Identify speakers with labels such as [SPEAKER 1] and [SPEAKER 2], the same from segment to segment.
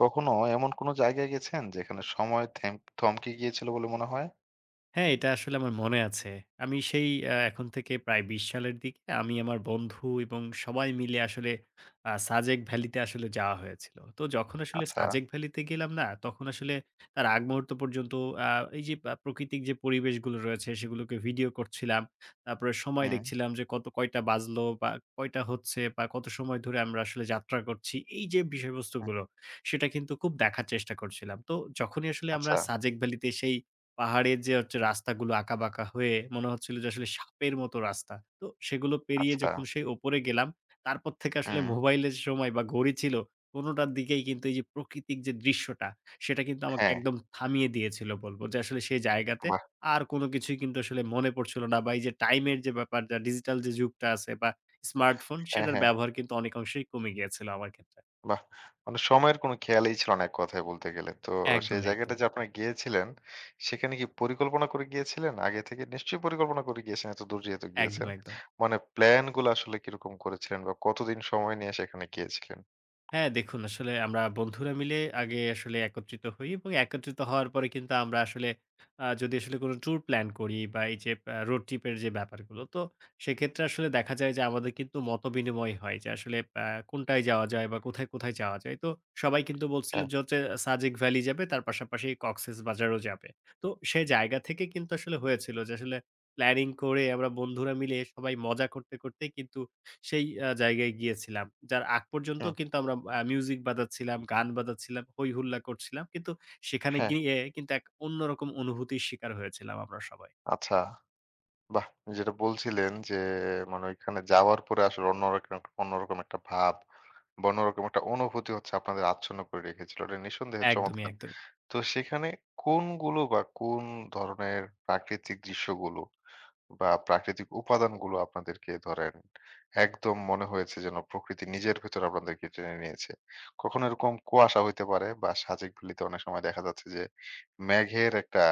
[SPEAKER 1] কখনো এমন কোনো জায়গায় গেছেন যেখানে সময় থমকে গিয়েছিল বলে মনে হয়?
[SPEAKER 2] হ্যাঁ, এটা আসলে আমার মনে আছে। আমি সেই এখন থেকে প্রায় ২০ সালের দিকে আমি আমার বন্ধু এবং সবাই মিলে আসলে সাজেক ভ্যালিতে আসলে যাওয়া হয়েছিল। তো যখন আসলে
[SPEAKER 1] আচ্ছা।
[SPEAKER 2] সাজেক ভ্যালিতে গেলাম না, তখন আসলে তার আগ মুহূর্ত পর্যন্ত আ এই যে প্রাকৃতিক যে পরিবেশগুলো রয়েছে সেগুলোকে ভিডিও করছিলাম। তারপরে সময়
[SPEAKER 1] হুম,
[SPEAKER 2] দেখছিলাম যে কত কয়টা বাজলো বা কয়টা হচ্ছে বা কত সময় ধরে আমরা আসলে যাত্রা করছি। এই যে
[SPEAKER 1] হুম।
[SPEAKER 2] বিষয়বস্তুগুলো সেটা কিন্তু খুব দেখার চেষ্টা করছিলাম। তো যখনই আসলে আমরা
[SPEAKER 1] আচ্ছা,
[SPEAKER 2] সাজেক ভ্যালিতে সেই পাহাড়ের যে হচ্ছে রাস্তাগুলো আঁকাবাঁকা হয়ে মনে হচ্ছিল যে আসলে সাপের মতো রাস্তা। তো সেগুলো পেরিয়ে
[SPEAKER 1] আচ্ছা।
[SPEAKER 2] যখন সেই ওপরে গেলাম, তারপর থেকে আসলে
[SPEAKER 1] হুম,
[SPEAKER 2] মোবাইলের সময় বা ঘড়ি ছিল, কোনটার দিকেই কিন্তু এই যে প্রকৃতিক যে দৃশ্যটা, সেটা কিন্তু আমাকে
[SPEAKER 1] হ্যাঁ।
[SPEAKER 2] একদম থামিয়ে দিয়েছিল বলব। যে আসলে সেই জায়গাতে
[SPEAKER 1] বাহ!
[SPEAKER 2] আর কোন কিছুই কিন্তু আসলে মনে পড়ছিল না বা এই যে টাইমের যে ব্যাপারটা, ডিজিটাল যে যুগটা আছে বা স্মার্টফোন,
[SPEAKER 1] হ্যাঁ,
[SPEAKER 2] সেটার
[SPEAKER 1] হ্যাঁ।
[SPEAKER 2] ব্যবহার কিন্তু অনেকাংশেই কমে গিয়েছিল আমার ক্ষেত্রে।
[SPEAKER 1] বাহ! মানে সময়ের কোনো খেয়ালই ছিল না এক কথায় বলতে গেলে। তো সেই
[SPEAKER 2] একদম,
[SPEAKER 1] জায়গাটা
[SPEAKER 2] একদম।
[SPEAKER 1] যে আপনারা গিয়েছিলেন, সেখানে কি পরিকল্পনা করে গিয়েছিলেন? আগে থেকে নিশ্চয়ই পরিকল্পনা করে গিয়েছেন, এত দূর যেহেতু
[SPEAKER 2] একদম,
[SPEAKER 1] গিয়েছেন।
[SPEAKER 2] একদম।
[SPEAKER 1] মানে প্ল্যান গুলো আসলে কিরকম করেছিলেন বা কতদিন সময় নিয়ে সেখানে গিয়েছিলেন?
[SPEAKER 2] হ্যাঁ, দেখুন আসলে আমরা বন্ধুরা মিলে আগে আসলে একত্রিত হই এবং একত্রিত হওয়ার পরে কিন্তু আমরা আসলে যদি আসলে কোনো ট্যুর প্ল্যান করি বা এই যে রোড ট্রিপ এর যে ব্যাপারগুলো, তো সেক্ষেত্রে আসলে দেখা যায় যে আমাদের কিন্তু মতবিনিময় হয় যে আসলে আ কোনটায় যাওয়া যায় বা কোথায়, কোথায় যাওয়া যায়। তো সবাই কিন্তু বলছিল
[SPEAKER 1] হ্যাঁ,
[SPEAKER 2] যে হচ্ছে সাজেক ভ্যালি যাবে তার পাশাপাশি কক্সেসবাজারও যাবে। তো সেই জায়গা থেকে কিন্তু আসলে হয়েছিল যে আসলে প্ল্যানিং করে আমরা বন্ধুরা মিলে সবাই মজা করতে, করতেই কিন্তু সেই জায়গায় গিয়েছিলাম। যার আগ পর্যন্ত
[SPEAKER 1] হুম,
[SPEAKER 2] কিন্তু আমরা মিউজিক বাজাচ্ছিলাম, গান বাজাচ্ছিলাম, হৈ হুল্লা করছিলাম। কিন্তু সেখানে
[SPEAKER 1] হ্যাঁ।
[SPEAKER 2] গিয়ে কিন্তু এক অন্যরকম অনুভূতির শিকার হয়েছিলাম আমরা সবাই।
[SPEAKER 1] আচ্ছা। বাহ! যেটা বলছিলেন যে মানে ওইখানে যাওয়ার পরে আসলে অন্যরকম অন্যরকম একটা ভাব বা অন্যরকম একটা অনুভূতি হচ্ছে আপনাদের আচ্ছন্ন করে রেখেছিল। এটা নিঃসন্দেহে
[SPEAKER 2] একদমই,
[SPEAKER 1] চমৎকার।
[SPEAKER 2] একদম,
[SPEAKER 1] তো সেখানে কোনগুলো বা কোন ধরনের প্রাকৃতিক দৃশ্যগুলো বা প্রাকৃতিক উপাদানগুলো আপনাদেরকে ধরেন একদম মনে হয়েছে যেন প্রকৃতি নিজের ভেতর আপনাদেরকে টেনে নিয়েছে। কখনো এরকম কুয়াশা হইতে পারে বা সাজেক ভ্যালিতে অনেক সময় দেখা যাচ্ছে যে মেঘের একটা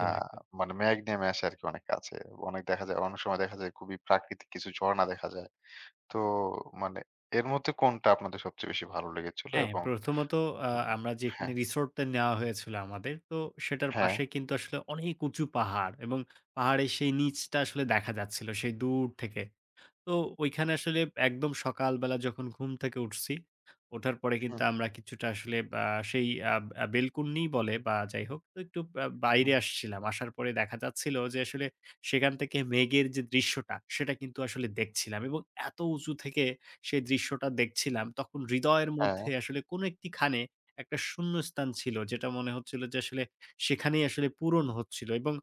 [SPEAKER 1] আ
[SPEAKER 2] একদম।
[SPEAKER 1] মানে মেঘ নেমে আসে আরকি অনেক কাছে। অনেক দেখা যায় অনেক সময় দেখা যায় খুবই প্রাকৃতিক কিছু ঝরণা দেখা যায়। তো মানে এর মধ্যে কোনটা আপনাদের সবচেয়ে বেশি ভালো লেগেছিল?
[SPEAKER 2] হ্যাঁ,
[SPEAKER 1] এবং
[SPEAKER 2] প্রথমত আ
[SPEAKER 1] হুম,
[SPEAKER 2] আমরা যেখানে
[SPEAKER 1] হ্যাঁ,
[SPEAKER 2] রিসোর্টটা নেওয়া হয়েছিল আমাদের, তো সেটার
[SPEAKER 1] হ্যাঁ,
[SPEAKER 2] পাশে কিন্তু আসলে অনেক উঁচু পাহাড় এবং পাহাড়ের সেই নিচটা আসলে দেখা যাচ্ছিল সেই দূর থেকে। তো ওইখানে আসলে একদম সকালবেলা যখন ঘুম থেকে উঠছি, ওঠার পরে কিন্তু
[SPEAKER 1] হুম,
[SPEAKER 2] আমরা কিছুটা আসলে আ সেই আ আ বেলকুনি বলে বা যাই হোক, তো একটু
[SPEAKER 1] হুম,
[SPEAKER 2] বাইরে আসছিলাম। আসার পরে দেখা যাচ্ছিল যে আসলে সেখান থেকে মেঘের যে দৃশ্যটা, সেটা কিন্তু আসলে দেখছিলাম এবং এত উঁচু থেকে সেই দৃশ্যটা দেখছিলাম, তখন হৃদয়ের
[SPEAKER 1] হ্যাঁ,
[SPEAKER 2] মধ্যে আসলে কোনো একটি খানে একটা শূন্যস্থান ছিল, যেটা মনে হচ্ছিল যে আসলে সেখানেই আসলে পূরণ হচ্ছিল এবং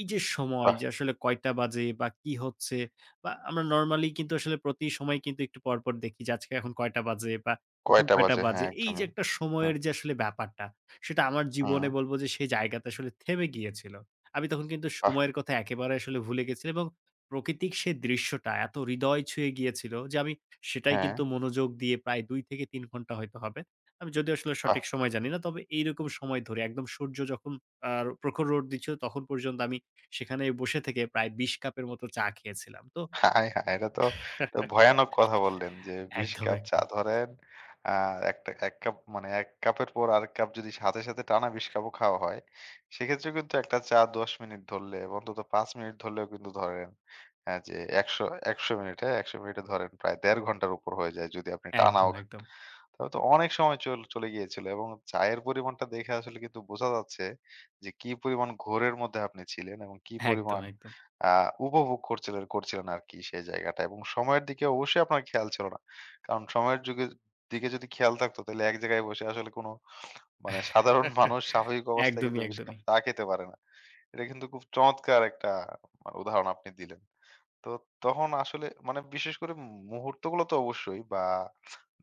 [SPEAKER 2] এই যে সময়
[SPEAKER 1] বাহ!
[SPEAKER 2] যে আসলে কয়টা বাজে বা কি হচ্ছে বা আমরা নরমালি কিন্তু আসলে প্রতি সময় কিন্তু একটু পরপর দেখি যে আজকে এখন কয়টা বাজে বা কখন
[SPEAKER 1] কয়টা
[SPEAKER 2] কয়টা
[SPEAKER 1] বাজে? হ্যাঁ,
[SPEAKER 2] বাজে। এই যে
[SPEAKER 1] একদমই।
[SPEAKER 2] একটা
[SPEAKER 1] হুম,
[SPEAKER 2] সময়ের যে আসলে ব্যাপারটা, সেটা আমার
[SPEAKER 1] হুম,
[SPEAKER 2] জীবনে বলব যে সেই জায়গাতে আসলে থেমে গিয়েছিল। আমি তখন কিন্তু
[SPEAKER 1] বাহ!
[SPEAKER 2] সময়ের কথা একেবারে আসলে ভুলে গেছিলাম এবং প্রকৃতিক সেই দৃশ্যটা এত হৃদয় ছুঁয়ে গিয়েছিল যে আমি সেটাই
[SPEAKER 1] হ্যাঁ।
[SPEAKER 2] কিন্তু মনোযোগ দিয়ে প্রায় ২ থেকে ৩ ঘন্টা হয়তো হবে। আমি যদিও আসলে সঠিক সময় জানি না। তবে এইরকম সময় ধরে একদম সূর্য যখন আ প্রখর রোদ দিচ্ছিল তখন পর্যন্ত আমি সেখানে বসে থেকে প্রায় ২০ কাপের মতো চা খেয়েছিলাম। তো
[SPEAKER 1] হায়, হায়! এটা তো তো ভয়ানক কথা বললেন যে ২০
[SPEAKER 2] একদম,
[SPEAKER 1] কাপ চা
[SPEAKER 2] একদম।
[SPEAKER 1] ধরেন আ একটা ১ কাপ মানে ১ কাপের পর আরেক কাপ যদি সাথে টানা ২০ কাপও খাওয়া হয়, সেক্ষেত্রে কিন্তু একটা চা ১০ মিনিট ধরলে বা অন্তত ৫ মিনিট ধরলেও কিন্তু ধরেন যে ১০০ মিনিটে ১০০ মিনিটে ধরেন প্রায় ১.৫ ঘন্টার উপর হয়ে যায় যদি আপনি টানাও
[SPEAKER 2] একদম, একদম।
[SPEAKER 1] তবে তো অনেক সময় চলে গিয়েছিল এবং চায়ের পরিমাণটা দেখে আসলে কিন্তু বোঝা যাচ্ছে যে কি পরিমাণ ঘোরের মধ্যে আপনি ছিলেন এবং কি
[SPEAKER 2] একদম,
[SPEAKER 1] পরিমাণ
[SPEAKER 2] একদম।
[SPEAKER 1] উপভোগ করছিলেন করছিলেন আর কি সেই জায়গাটা এবং সময়ের দিকে অবশ্যই আপনার খেয়াল ছিল না কারণ সময়ের যুগে দিকে যদি খেয়াল থাকতো তাহলে এক জায়গায় বসে আসলে কোনো মানে সাধারণ মানুষ স্বাভাবিক অবস্থায় কিন্তু
[SPEAKER 2] একদমই,
[SPEAKER 1] বেশি কাপ
[SPEAKER 2] একদমই।
[SPEAKER 1] চা খেতে পারে না। এটা কিন্তু খুব চমৎকার একটা মানে উদাহরণ আপনি দিলেন। তো তখন আসলে মানে বিশেষ করে মুহূর্তগুলো তো অবশ্যই বা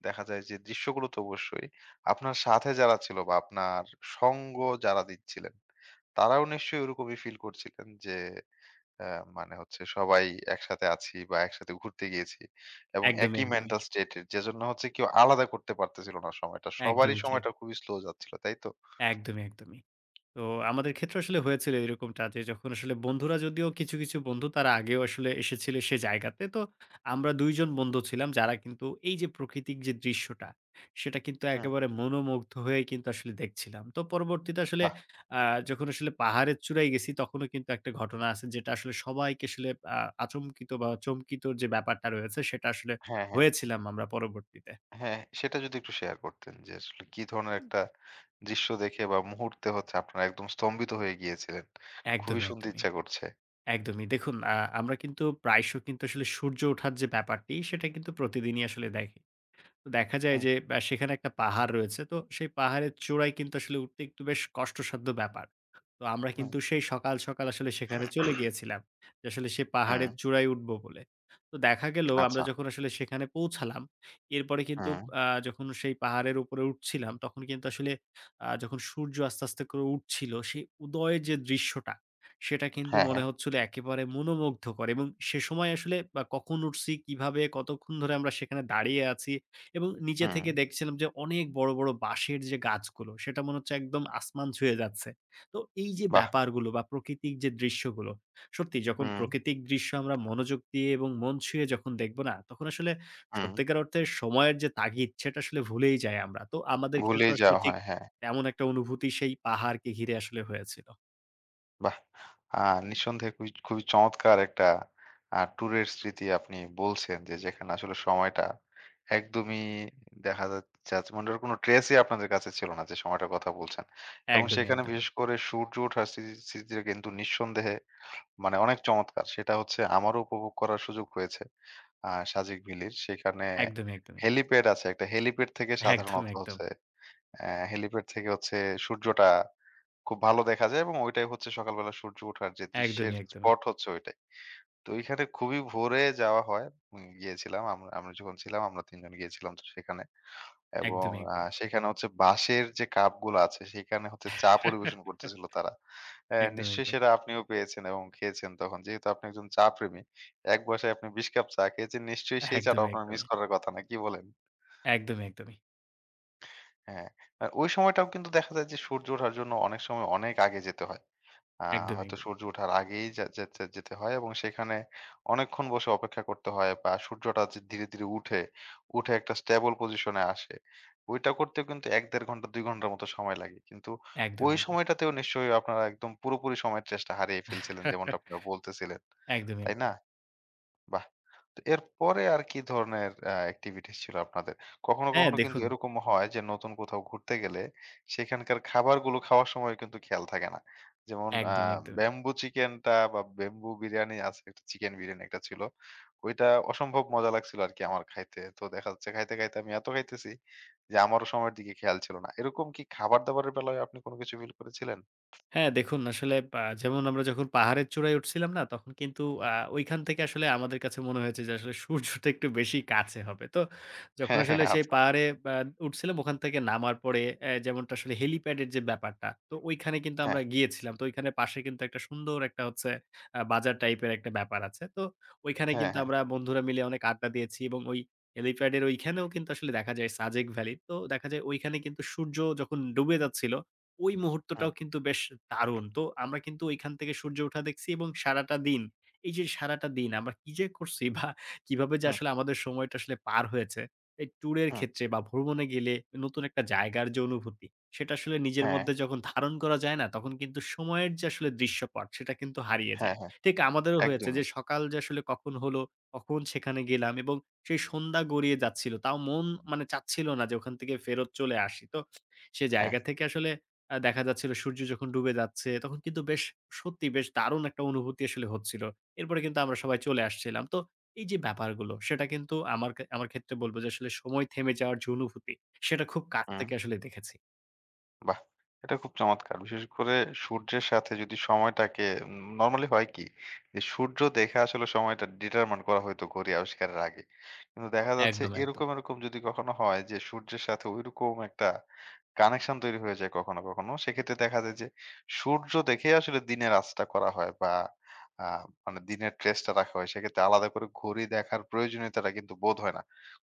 [SPEAKER 1] দেখা যায় যে দৃশ্যগুলো তো অবশ্যই, আপনার সাথে যারা ছিল বা আপনার সঙ্গ যারা দিচ্ছিলেন, তারাও নিশ্চয়ই ওরকমই ফিল করছিলেন যে অ্যা মানে হচ্ছে সবাই একসাথে আছি বা একসাথে ঘুরতে গিয়েছি এবং হ্যাঁ।
[SPEAKER 2] একদমই,
[SPEAKER 1] একই
[SPEAKER 2] একদমই।
[SPEAKER 1] মেন্টাল স্টেটের যেজন্য হচ্ছে কেউ আলাদা করতে পারতেছিল না সময়টা। সবারই
[SPEAKER 2] একদমই ঠিক।
[SPEAKER 1] সময়টা খুবই স্লো যাচ্ছিল, তাই তো?
[SPEAKER 2] একদমই, একদমই। তো আমাদের ক্ষেত্রে আসলে হয়েছিল এরকমটা যে যখন আসলে বন্ধুরা যদিও কিছু, কিছু বন্ধু তারা আগেও আসলে এসেছিল সে জায়গাতে। তো আমরা ২ জন বন্ধু ছিলাম যারা কিন্তু এই যে প্রকৃতিক যে দৃশ্যটা, সেটা কিন্তু
[SPEAKER 1] হুম।
[SPEAKER 2] একেবারে মনোমুগ্ধ হয়ে কিন্তু আসলে দেখছিলাম। তো পরবর্তীতে আসলে
[SPEAKER 1] বাহ!
[SPEAKER 2] আ যখন আসলে পাহাড়ের চূড়ায় গেছি তখনও কিন্তু একটা ঘটনা আছে যেটা আসলে সবাইকে আসলে আ আচমকিত বা চমকিত যে ব্যাপারটা রয়েছে সেটা আসলে
[SPEAKER 1] হ্যাঁ, হ্যাঁ।
[SPEAKER 2] হয়েছিলাম আমরা পরবর্তীতে।
[SPEAKER 1] হ্যাঁ, সেটা যদি একটু শেয়ার করতেন যে আসলে কি ধরনের একটা দৃশ্য দেখে বা মুহূর্তে হচ্ছে আপনারা একদম স্তম্ভিত হয়ে গিয়েছিলেন? খুবই
[SPEAKER 2] একদমই,
[SPEAKER 1] শুনতে
[SPEAKER 2] একদমই।
[SPEAKER 1] ইচ্ছা করছে।
[SPEAKER 2] একদমই। দেখুন আমরা কিন্তু প্রায়শ কিন্তু আসলে সূর্য ওঠার যে ব্যাপারটি, সেটা কিন্তু প্রতিদিনই আসলে দেখ তো দেখা যায়
[SPEAKER 1] হুম,
[SPEAKER 2] যে সেখানে একটা পাহাড় রয়েছে। তো সেই পাহাড়ের চূড়ায় কিন্তু আসলে উঠতে একটু বেশ কষ্টসাধ্য ব্যাপার। তো আমরা
[SPEAKER 1] হুম।
[SPEAKER 2] কিন্তু সেই সকাল, সকাল আসলে সেখানে চলে গিয়েছিলাম। যে আসলে সে
[SPEAKER 1] হুম।
[SPEAKER 2] পাহাড়ের চূড়ায় উঠবো বলে। তো দেখা গেল আমরা
[SPEAKER 1] আচ্ছা।
[SPEAKER 2] যখন আসলে সেখানে পৌঁছালাম, এরপরে কিন্তু
[SPEAKER 1] হুম,
[SPEAKER 2] যখন সেই পাহাড়ের উপরে উঠছিলাম, তখন কিন্তু আসলে যখন সূর্য আস্তে, আস্তে করে উঠছিল, সেই উদয়ের যে দৃশ্যটা, সেটা কিন্তু
[SPEAKER 1] হ্যাঁ,
[SPEAKER 2] মনে হচ্ছিল একেবারে মনোমুগ্ধকর এবং সে সময় আসলে বা কখন উঠছি, কিভাবে, কতক্ষণ ধরে আমরা সেখানে দাঁড়িয়ে আছি এবং নিচে
[SPEAKER 1] হুম,
[SPEAKER 2] থেকে দেখছিলাম যে অনেক বড়, বড় বাঁশের যে গাছগুলো সেটা মনে হচ্ছে একদম আসমান ছুঁয়ে যাচ্ছে। তো এই যে
[SPEAKER 1] বাহ!
[SPEAKER 2] ব্যাপারগুলো বা প্রকৃতিক যে দৃশ্যগুলো, সত্যি যখন
[SPEAKER 1] হুম,
[SPEAKER 2] প্রকৃতিক দৃশ্য আমরা মনোযোগ দিয়ে এবং মন ছুঁয়ে যখন দেখব না, তখন আসলে
[SPEAKER 1] হুম,
[SPEAKER 2] সত্যিকার অর্থে সময়ের যে তাগিদ সেটা আসলে ভুলেই যাই আমরা। তো আমাদের ক্ষেত্রে
[SPEAKER 1] ভুলেই
[SPEAKER 2] আসলে
[SPEAKER 1] যাওয়া
[SPEAKER 2] ঠিক
[SPEAKER 1] হয়। হ্যাঁ,
[SPEAKER 2] তেমন একটা অনুভূতি সেই পাহাড়কে ঘিরে আসলে হয়েছিল।
[SPEAKER 1] বাহ! আ নিঃসন্দেহে খুবই, খুবই চমৎকার একটা ট্যুরের স্মৃতি আপনি বলছেন যে, যেখানে আসলে সময়টা একদমই দেখা যা যাচ্ছে মানে ওটার কোন ট্রেসই আপনাদের কাছে ছিল না যে, সময়টার কথা বলছেন। এবং
[SPEAKER 2] একদমই,
[SPEAKER 1] সেখানে
[SPEAKER 2] একদমই।
[SPEAKER 1] বিশেষ করে সূর্য ওঠার স্মৃতিটা কিন্তু নিঃসন্দেহে মানে অনেক চমৎকার। সেটা হচ্ছে আমারও উপভোগ করার সুযোগ হয়েছে সাজেক ভ্যালির। সেখানে
[SPEAKER 2] একদমই, একদমই।
[SPEAKER 1] হেলিপ্যাড আছে। একটা হেলিপ্যাড থেকে
[SPEAKER 2] একদম,
[SPEAKER 1] সাধারণত
[SPEAKER 2] একদম।
[SPEAKER 1] হচ্ছে অ্যা হেলিপ্যাড থেকে হচ্ছে সূর্যটা খুব ভালো দেখা যায় এবং ওইটাই হচ্ছে সকালবেলা সূর্য ওঠার যে দৃশ্যের
[SPEAKER 2] একদমই, একদমই।
[SPEAKER 1] স্পট হচ্ছে ওইটাই। তো ওইখানে খুবই ভোরে যাওয়া হয়। গিয়েছিলাম আমরা আমরা যখন ছিলাম আমরা ৩ জন গিয়েছিলাম তো সেখানে। এবং
[SPEAKER 2] একদমই, একদমই।
[SPEAKER 1] সেখানে হচ্ছে বাঁশের যে কাপগুলো আছে সেখানে হচ্ছে চা পরিবেশন করতেছিল তারা।
[SPEAKER 2] একদম,
[SPEAKER 1] নিশ্চয়ই
[SPEAKER 2] একদম।
[SPEAKER 1] সেটা আপনিও পেয়েছেন এবং খেয়েছেন তখন। যেহেতু আপনি একজন চা প্রেমী, এক বসায় আপনি ২০ কাপ চা খেয়েছেন নিশ্চয়ই
[SPEAKER 2] একদম
[SPEAKER 1] সেই
[SPEAKER 2] একদমই,
[SPEAKER 1] চাটাও আপনার মিস
[SPEAKER 2] একদমই।
[SPEAKER 1] করার কথা না। কি বলেন?
[SPEAKER 2] একদমই, একদমই।
[SPEAKER 1] হ্যাঁ, ওই সময়টাও কিন্তু দেখা যায় যে সূর্য ওঠার জন্য অনেক সময় অনেক আগে যেতে হয়। আ
[SPEAKER 2] একদমই,
[SPEAKER 1] হয়তো
[SPEAKER 2] একদমই।
[SPEAKER 1] সূর্য ওঠার আগেই যা যেতে যেতে হয় এবং সেখানে অনেকক্ষণ বসে অপেক্ষা করতে হয় বা সূর্যটা যে ধীরে, ধীরে উঠে, উঠে একটা স্টেবল পজিশনে আসে। ওইটা করতেও কিন্তু ১-১.৫ ঘন্টা ২ ঘন্টার মতো সময় লাগে। কিন্তু ওই
[SPEAKER 2] একদমই, একদমই।
[SPEAKER 1] সময়টাতেও নিশ্চয়ই আপনারা একদম পুরোপুরি সময়ের চেষ্টা হারিয়ে ফেলছিলেন যেমনটা আপনারা বলতেছিলেন।
[SPEAKER 2] একদমই,
[SPEAKER 1] তাই না?
[SPEAKER 2] একদমই।
[SPEAKER 1] বাহ! তো এরপরে আর কি ধরনের এক্টিভিটিস ছিল আপনাদের? কখনো,
[SPEAKER 2] হ্যাঁ,
[SPEAKER 1] কখনো কিন্তু
[SPEAKER 2] দেখুন
[SPEAKER 1] এরকম হয় যে নতুন কোথাও ঘুরতে গেলে সেখানকার খাবারগুলো খাওয়ার সময় কিন্তু খেয়াল থাকে না। যেমন
[SPEAKER 2] একদমই, একদমই।
[SPEAKER 1] ব্যাম্বু চিকেনটা বা ব্যাম্বু বিরিয়ানি আছে একটা চিকেন বিরিয়ানি একটা ছিল। ওইটা অসম্ভব মজা লাগছিল আরকি আমার খাইতে। তো দেখা যাচ্ছে খাইতে, খাইতে আমি এত খাইতেছি যে আমারও সময়ের দিকে খেয়াল ছিল না। এরকম কি খাবার-দাবারের বেলায় আপনি কোনো কিছু ফিল করেছিলেন?
[SPEAKER 2] হ্যাঁ, দেখুন আসলে যেমন আমরা যখন পাহাড়ের চূড়ায় উঠছিলাম না? তখন কিন্তু আ ঐখান থেকে আসলে আমাদের কাছে মনে হয়েছে যে আসলে সূর্যটা একটু বেশি কাছে হবে। তো যখন
[SPEAKER 1] হ্যাঁ, হ্যাঁ,
[SPEAKER 2] আসলে সেই
[SPEAKER 1] আচ্ছা।
[SPEAKER 2] পাহাড়ে আ উঠছিলাম ওখান থেকে নামার পরে যেমনটা আসলে হেলিপ্যাড এর যে ব্যাপারটা, তো ঐখানে কিন্তু
[SPEAKER 1] হ্যাঁ,
[SPEAKER 2] আমরা গিয়েছিলাম। তো ঐখানে পাশে কিন্তু একটা সুন্দর একটা হচ্ছে বাজার টাইপের একটা ব্যাপার আছে। তো ঐখানে
[SPEAKER 1] হ্যাঁ,
[SPEAKER 2] কিন্তু
[SPEAKER 1] হ্যাঁ।
[SPEAKER 2] আমরা বন্ধুরা মিলে অনেক আড্ডা দিয়েছি এবং ওই হেলিপ্যাড এর ঐখানেও কিন্তু আসলে দেখা যায় সাজেক ভ্যালি। তো দেখা যায় ঐখানে কিন্তু সূর্য যখন ডুবে যাচ্ছিল ওই
[SPEAKER 1] হুম,
[SPEAKER 2] মুহূর্তটাও কিন্তু বেশ দারুণ। তো আমরা কিন্তু ঐখান থেকে সূর্য ওঠা দেখছি এবং সারাটা দিন, এই যে সারাটা দিন আমরা কি যে করছি বা কিভাবে যে
[SPEAKER 1] হুম,
[SPEAKER 2] আসলে আমাদের সময়টা আসলে পার হয়েছে, এই ট্যুরের
[SPEAKER 1] হুম।
[SPEAKER 2] ক্ষেত্রে বা ভ্রমণে গেলে নতুন একটা জায়গার যে অনুভূতি, সেটা আসলে নিজের
[SPEAKER 1] হ্যাঁ,
[SPEAKER 2] মধ্যে যখন ধারণ করা যায় না, তখন কিন্তু সময়ের যে আসলে দৃশ্যপট, সেটা কিন্তু হারিয়ে
[SPEAKER 1] হ্যাঁ,
[SPEAKER 2] যায়।
[SPEAKER 1] হ্যাঁ।
[SPEAKER 2] ঠিক আমাদেরও হয়েছে
[SPEAKER 1] একদমই।
[SPEAKER 2] যে সকাল যে আসলে কখন হলো, কখন সেখানে গেলাম এবং সেই সন্ধ্যা গড়িয়ে যাচ্ছিল। তাও মন মানে চাচ্ছিল না যে ওখান থেকে ফেরত চলে আসি। তো সে
[SPEAKER 1] হ্যাঁ।
[SPEAKER 2] জায়গা থেকে আসলে দেখা যাচ্ছিল সূর্য যখন ডুবে যাচ্ছে, তখন কিন্তু বেশ সত্যি বেশ দারুণ একটা অনুভূতি আসলে হচ্ছিল। এরপরে কিন্তু আমরা সবাই চলে আসছিলাম। তো এই যে ব্যাপারগুলো, সেটা কিন্তু আমার ক্ষেত্রে বলব যে আসলে সময় থেমে যাওয়ার যে অনুভূতি, সেটা খুব কাছ
[SPEAKER 1] হু,
[SPEAKER 2] থেকে আসলে দেখেছি।
[SPEAKER 1] বাহ! এটা খুব চমৎকার। বিশেষ করে সূর্যের সাথে যদি সময়টাকে নরমালি হয় কি? যে সূর্য দেখে আসলে সময়টা ডিটারমাইন করা হইতো ঘড়ি আবিষ্কারের আগে। কিন্তু দেখা যাচ্ছে
[SPEAKER 2] একদম, একদম।
[SPEAKER 1] এরকম, এরকম যদি কখনো হয় যে সূর্যের সাথে ঐরকম একটা কানেকশন তৈরি হয়ে যায় কখনো, কখনো সেক্ষেত্রে দেখা যায় যে সূর্য দেখেই আসলে দিনের আঁচটা করা হয় বা আ মানে দিনের ট্রেসটা রাখা হয়। সেক্ষেত্রে আলাদা করে ঘড়ি দেখার প্রয়োজনীয়তাটা কিন্তু বোধ হয় না।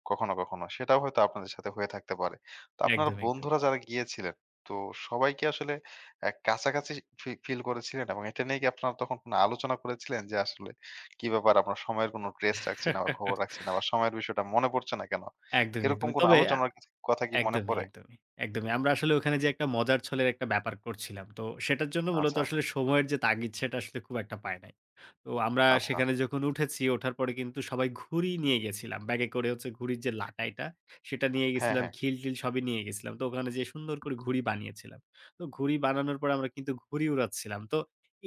[SPEAKER 1] কখনো, কখনো সেটাও হয়তো আপনাদের সাথে হয়ে থাকতে পারে। তো আপনারা
[SPEAKER 2] একদমই, একদমই।
[SPEAKER 1] বন্ধুরা যারা গিয়েছিলেন তো সবাই কি আসলে কাছাকাছি ফিল করেছিলেন এবং এটা নিয়ে কি আপনারা তখন কোনো আলোচনা করেছিলেন যে আসলে কি ব্যাপার আমরা সময়ের কোনো ট্রেস রাখছি না বা খবর রাখছি না বা সময়ের বিষয়টা মনে পড়ছে না কেন?
[SPEAKER 2] একদমই,
[SPEAKER 1] এরকম
[SPEAKER 2] একদমই।
[SPEAKER 1] কোনো
[SPEAKER 2] তবে
[SPEAKER 1] আলোচনার কিছু কথা কি মনে
[SPEAKER 2] একদমই,
[SPEAKER 1] পড়ে?
[SPEAKER 2] একদমই, একদমই। আমরা আসলে ওখানে যে একটা মজার ছলের একটা ব্যাপার করছিলাম। তো সেটার জন্য মূলত
[SPEAKER 1] আচ্ছা,
[SPEAKER 2] আসলে সময়ের যে তাগিদ, সেটা আসলে খুব একটা পাই নাই। তো আমরা
[SPEAKER 1] আচ্ছা।
[SPEAKER 2] সেখানে যখন উঠেছি, ওঠার পরে কিন্তু সবাই ঘুড়ি নিয়ে গেছিলাম। ব্যাগে করে হচ্ছে ঘুড়ির যে লাটাইটা, সেটা নিয়ে
[SPEAKER 1] হ্যাঁ,
[SPEAKER 2] গেছিলাম,
[SPEAKER 1] হ্যাঁ।
[SPEAKER 2] খিল-টিল সবই নিয়ে গেছিলাম। তো ওখানে যেয়ে সুন্দর করে ঘুড়ি বানিয়েছিলাম। তো ঘুড়ি বানানোর পরে আমরা কিন্তু ঘুড়ি উড়াচ্ছিলাম। তো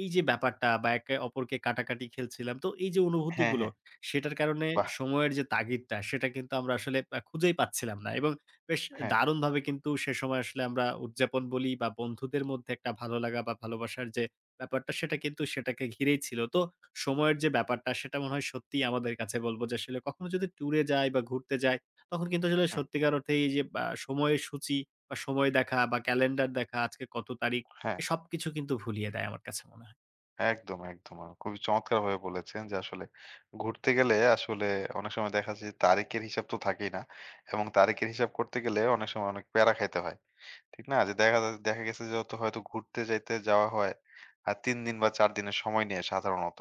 [SPEAKER 2] এই যে ব্যাপারটা বা একে অপরকে কাটাকাটি খেলছিলাম। তো এই যে
[SPEAKER 1] হ্যাঁ,
[SPEAKER 2] অনুভূতিগুলো,
[SPEAKER 1] হ্যাঁ।
[SPEAKER 2] সেটার কারণে
[SPEAKER 1] বাহ!
[SPEAKER 2] সময়ের যে তাগিদটা, সেটা কিন্তু আমরা আসলে খুঁজেই পাচ্ছিলাম না এবং বেশ
[SPEAKER 1] হ্যাঁ,
[SPEAKER 2] দারুণভাবে কিন্তু সে সময় আসলে আমরা উদযাপন বলি বা বন্ধুদের মধ্যে একটা ভালো লাগা বা ভালোবাসার যে ব্যাপারটা, সেটা কিন্তু সেটাকে ঘিরেই ছিল। তো সময়ের যে ব্যাপারটা সেটা মনে হয় সত্যিই আমাদের কাছে বলব যে আসলে কখনো যদি ট্যুরে যাই বা ঘুরতে যাই, তখন কিন্তু আসলে
[SPEAKER 1] হুম,
[SPEAKER 2] সত্যিকার অর্থে এই যে বা সময়ের সূচি বা সময় দেখা বা ক্যালেন্ডার দেখা আজকে কত তারিখ,
[SPEAKER 1] হ্যাঁ।
[SPEAKER 2] এ সবকিছু কিন্তু ভুলিয়ে দেয় আমার কাছে মনে হয়।
[SPEAKER 1] একদম, একদম। খুবই চমৎকারভাবে বলেছেন যে আসলে ঘুরতে গেলে আসলে অনেক সময় দেখা যায় যে তারিখের হিসাব তো থাকেই না এবং তারিখের হিসাব করতে গেলে অনেক সময় অনেক প্যারা খাইতে হয়। ঠিক না? যে দেখা যায় দেখা গেছে যে অত হয়তো ঘুরতে যাইতে যাওয়া হয়। আর ৩ দিন বা ৪ দিনের সময় নিয়ে সাধারণত।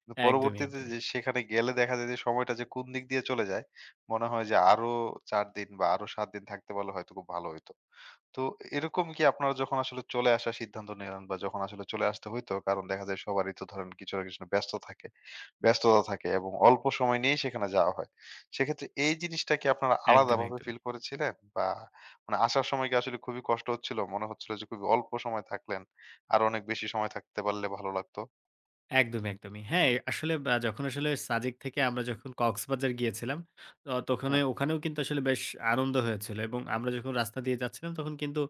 [SPEAKER 1] কিন্তু
[SPEAKER 2] একদমই,
[SPEAKER 1] পরবর্তীতে
[SPEAKER 2] একদমই।
[SPEAKER 1] যে সেখানে গেলে দেখা যায় যে সময়টা যে কোন দিক দিয়ে চলে যায়, মনে হয় যে আরো ৪ দিন বা আরো ৭ দিন থাকতে পারলে হয়তো খুব ভালো হইতো। তো এরকম কি আপনারা যখন আসলে চলে আসার সিদ্ধান্ত নিলেন বা যখন আসলে চলে আসতে হইতো, কারণ দেখা যায় সবারই তো ধরেন কিছু না কিছু ব্যস্ত থাকে। ব্যস্ততা থাকে এবং অল্প সময় নিয়েই সেখানে যাওয়া হয়। সেক্ষেত্রে এই জিনিসটা কি আপনারা
[SPEAKER 2] একদমই,
[SPEAKER 1] আলাদাভাবে
[SPEAKER 2] একদমই।
[SPEAKER 1] ফিল করেছিলেন? বা মানে আসার সময় কি আসলে খুবই কষ্ট হচ্ছিল? মনে হচ্ছিল যে খুবই অল্প সময় থাকলেন। আরো অনেক বেশি সময় থাকতে পারলে ভালো লাগতো।
[SPEAKER 2] একদমই, একদমই। হ্যাঁ, আসলে যখন আসলে সাজেক থেকে আমরা যখন কক্সবাজার গিয়েছিলাম, তো
[SPEAKER 1] হুম,
[SPEAKER 2] তখনে ওখানেও কিন্তু আসলে বেশ আনন্দ হয়েছিল এবং আমরা যখন রাস্তা দিয়ে যাচ্ছিলাম তখন কিন্তু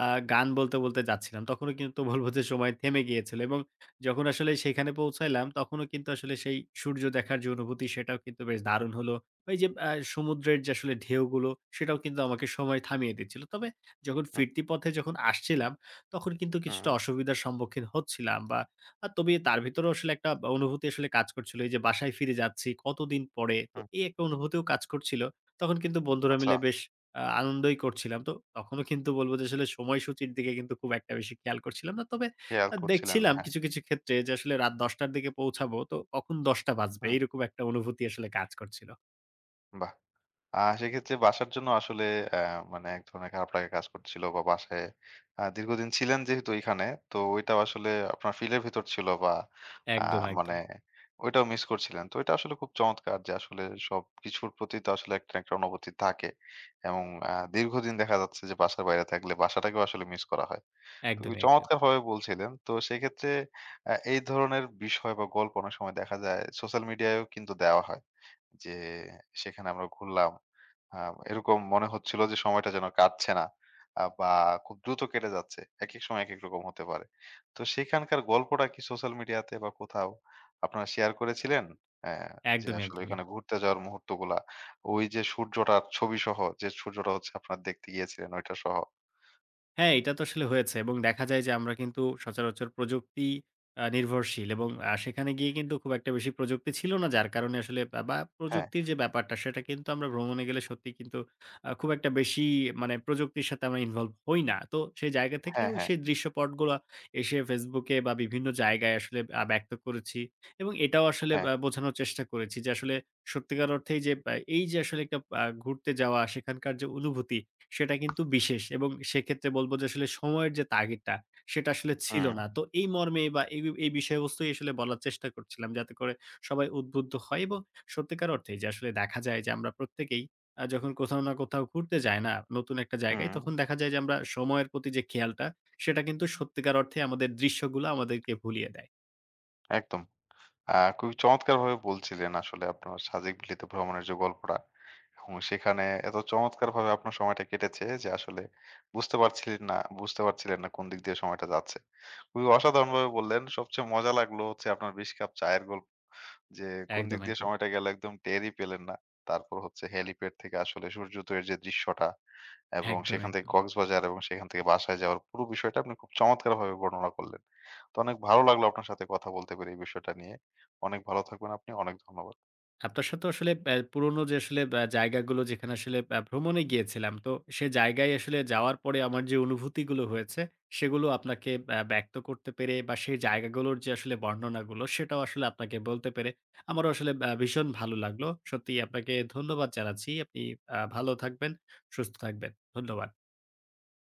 [SPEAKER 2] আ গান বলতে, বলতে যাচ্ছিলাম। তখনও কিন্তু বলব যে সময় থেমে গিয়েছিল এবং যখন আসলে সেখানে পৌঁছাইলাম তখনও কিন্তু আসলে সেই সূর্য দেখার যে অনুভূতি সেটাও কিন্তু বেশ দারুণ হলো। ওই যে সমুদ্রের যে আসলে ঢেউগুলো সেটাও কিন্তু আমাকে সময় থামিয়ে দিচ্ছিল। তবে যখন
[SPEAKER 1] হুম,
[SPEAKER 2] ফিরতি পথে যখন আসছিলাম তখন কিন্তু
[SPEAKER 1] হুম,
[SPEAKER 2] কিছুটা অসুবিধার সম্মুখীন হচ্ছিলাম বা তবে তার ভেতরেও আসলে একটা বা অনুভূতি আসলে কাজ করছিল। এই যে বাসায় ফিরে যাচ্ছি কতদিন পরে। তো
[SPEAKER 1] হুম।
[SPEAKER 2] এই একটা অনুভূতিও কাজ করছিল। তখন কিন্তু বন্ধুরা
[SPEAKER 1] আচ্ছা,
[SPEAKER 2] মিলে বেশ আনন্দই করছিলাম। তো তখনও কিন্তু বলব যে আসলে সময়সূচির দিকে কিন্তু খুব একটা বেশি খেয়াল করছিলাম না। তবে
[SPEAKER 1] খেয়াল করছিলেন না।
[SPEAKER 2] দেখছিলাম
[SPEAKER 1] হ্যাঁ।
[SPEAKER 2] কিছু, কিছু ক্ষেত্রে যে আসলে রাত ১০:০০ র দিকে পৌঁছাবো তো কখন ১০:০০ বাজবে।
[SPEAKER 1] হুম,
[SPEAKER 2] এরকম একটা অনুভূতি আসলে কাজ করছিল।
[SPEAKER 1] বাহ! সেক্ষেত্রে বাসার জন্য আসলে অ্যা মানে এক ধরনের খারাপ লাগা কাজ করছিল বা বাসায় দীর্ঘদিন ছিলেন যেহেতু এখানে, তো ওইটাও আসলে আপনার ফিলের ভিতর ছিল বা আ
[SPEAKER 2] একদম,
[SPEAKER 1] মানে
[SPEAKER 2] একদম।
[SPEAKER 1] ওইটাও মিস করছিলেন। তো এটা আসলে খুব চমৎকার যে আসলে সবকিছুর প্রতি তো আসলে একটা না একটা অনুভূতি থাকে। এবং দীর্ঘদিন দেখা যাচ্ছে যে বাসার বাইরে থাকলে বাসাটাকেও আসলে মিস করা হয়। তো খুবই
[SPEAKER 2] একদমই, একদমই।
[SPEAKER 1] চমৎকারভাবে বলছিলেন। তো সেক্ষেত্রে এই ধরনের বিষয় বা গল্প অনেক সময় দেখা যায় সোশ্যাল মিডিয়ায়ও কিন্তু দেওয়া হয়। যে সেখানে আমরা ঘুরলাম। আ এরকম মনে হচ্ছিল যে সময়টা যেন কাটছে না। বা খুব দ্রুত কেটে যাচ্ছে। একেক সময় একেক রকম হতে পারে। তো সেখানকার গল্পটা কি সোশ্যাল মিডিয়াতে বা কোথাও আপনারা শেয়ার করেছিলেন? অ্যা যে
[SPEAKER 2] একদমই,
[SPEAKER 1] আসলে
[SPEAKER 2] একদমই।
[SPEAKER 1] ওইখানে ঘুরতে যাওয়ার মুহূর্তগুলা, ওই যে সূর্যটার ছবি সহ যে সূর্যটা হচ্ছে আপনারা দেখতে গিয়েছিলেন ওইটা সহ।
[SPEAKER 2] হ্যাঁ, এটা তো আসলে হয়েছে এবং দেখা যায় যে আমরা কিন্তু সচরাচর প্রযুক্তি নির্ভরশীল এবং সেখানে গিয়ে কিন্তু খুব একটা বেশি প্রযুক্তি ছিল না। যার কারণে আসলে বা বা
[SPEAKER 1] হ্যাঁ,
[SPEAKER 2] প্রযুক্তির যে ব্যাপারটা সেটা কিন্তু আমরা ভ্রমণে গেলে সত্যিই কিন্তু খুব একটা বেশি মানে প্রযুক্তির সাথে আমরা ইনভলভ হই না। তো সেই জায়গা থেকে
[SPEAKER 1] হ্যাঁ,
[SPEAKER 2] ওই
[SPEAKER 1] হ্যাঁ,
[SPEAKER 2] সেই দৃশ্যপটগুলা এসে Facebook এ বা বিভিন্ন জায়গায় আসলে ব্যক্ত করেছি এবং এটাও আসলে
[SPEAKER 1] হ্যাঁ।
[SPEAKER 2] বোঝানোর চেষ্টা করেছি যে আসলে সত্যিকার অর্থেই যে এই যে আসলে একটা ঘুরতে যাওয়া সেখানকার যে অনুভূতি সেটা কিন্তু বিশেষ এবং সেক্ষেত্রে বলব যে আসলে সময়ের যে তাগিদটা, সেটা আসলে ছিল
[SPEAKER 1] হুম,
[SPEAKER 2] না। তো এই মর্মে বা এই এই বিষয়বস্তুই আসলে বলার চেষ্টা করছিলাম যাতে করে সবাই উদ্বুদ্ধ হয় এবং সত্যিকার অর্থেই যে আসলে দেখা যায় যে আমরা প্রত্যেকেই যখন কোথাও না কোথাও ঘুরতে যাই না নতুন একটা জায়গায়
[SPEAKER 1] হুম।
[SPEAKER 2] তখন দেখা যায় যে আমরা সময়ের প্রতি যে খেয়ালটা সেটা কিন্তু সত্যিকার অর্থে আমাদের দৃশ্যগুলো আমাদেরকে ভুলিয়ে দেয়।
[SPEAKER 1] একদম। আ খুবই চমৎকারভাবে বলছিলেন আসলে আপনার সাজেক-বিলিত ভ্রমণের যে গল্পটা এবং সেখানে এত চমৎকারভাবে আপনার সময়টা কেটেছে যে আসলে বুঝতে পারছিলেন না কোন দিক দিয়ে সময়টা যাচ্ছে। খুবই অসাধারণভাবে বললেন। সবচেয়ে মজা লাগলো হচ্ছে আপনার ২০ কাপ চায়ের গল্প। যে কোন দিক
[SPEAKER 2] একদম,
[SPEAKER 1] দিয়ে
[SPEAKER 2] একদম।
[SPEAKER 1] সময়টা গেল একদম টেরই পেলেন না। তারপর হচ্ছে হেলিপ্যাড থেকে আসলে সূর্যোদয়ের যে দৃশ্যটা এবং
[SPEAKER 2] একদম,
[SPEAKER 1] সেখান থেকে
[SPEAKER 2] একদমই।
[SPEAKER 1] কক্সবাজার এবং সেখান থেকে বাসায় যাওয়ার পুরো বিষয়টা আপনি খুব চমৎকারভাবে বর্ণনা করলেন। তো অনেক ভালো লাগলো আপনার সাথে কথা বলতে পেরে এই বিষয়টা নিয়ে। অনেক ভালো থাকবেন আপনি। অনেক ধন্যবাদ।
[SPEAKER 2] আপনার সাথে আসলে পুরোনো যে আসলে জায়গাগুলো যেখানে আসলে ভ্রমণে গিয়েছিলাম। তো সে জায়গায় আসলে যাওয়ার পরে আমার যে অনুভূতিগুলো হয়েছে, সেগুলো আপনাকে ব্যক্ত করতে পেরে বা সেই জায়গাগুলোর যে আসলে বর্ণনাগুলো, সেটাও আসলে আপনাকে বলতে পেরে আমারও আসলে ভীষণ ভালো লাগলো। সত্যিই আপনাকে ধন্যবাদ জানাচ্ছি। আপনি ভালো থাকবেন, সুস্থ থাকবেন। ধন্যবাদ।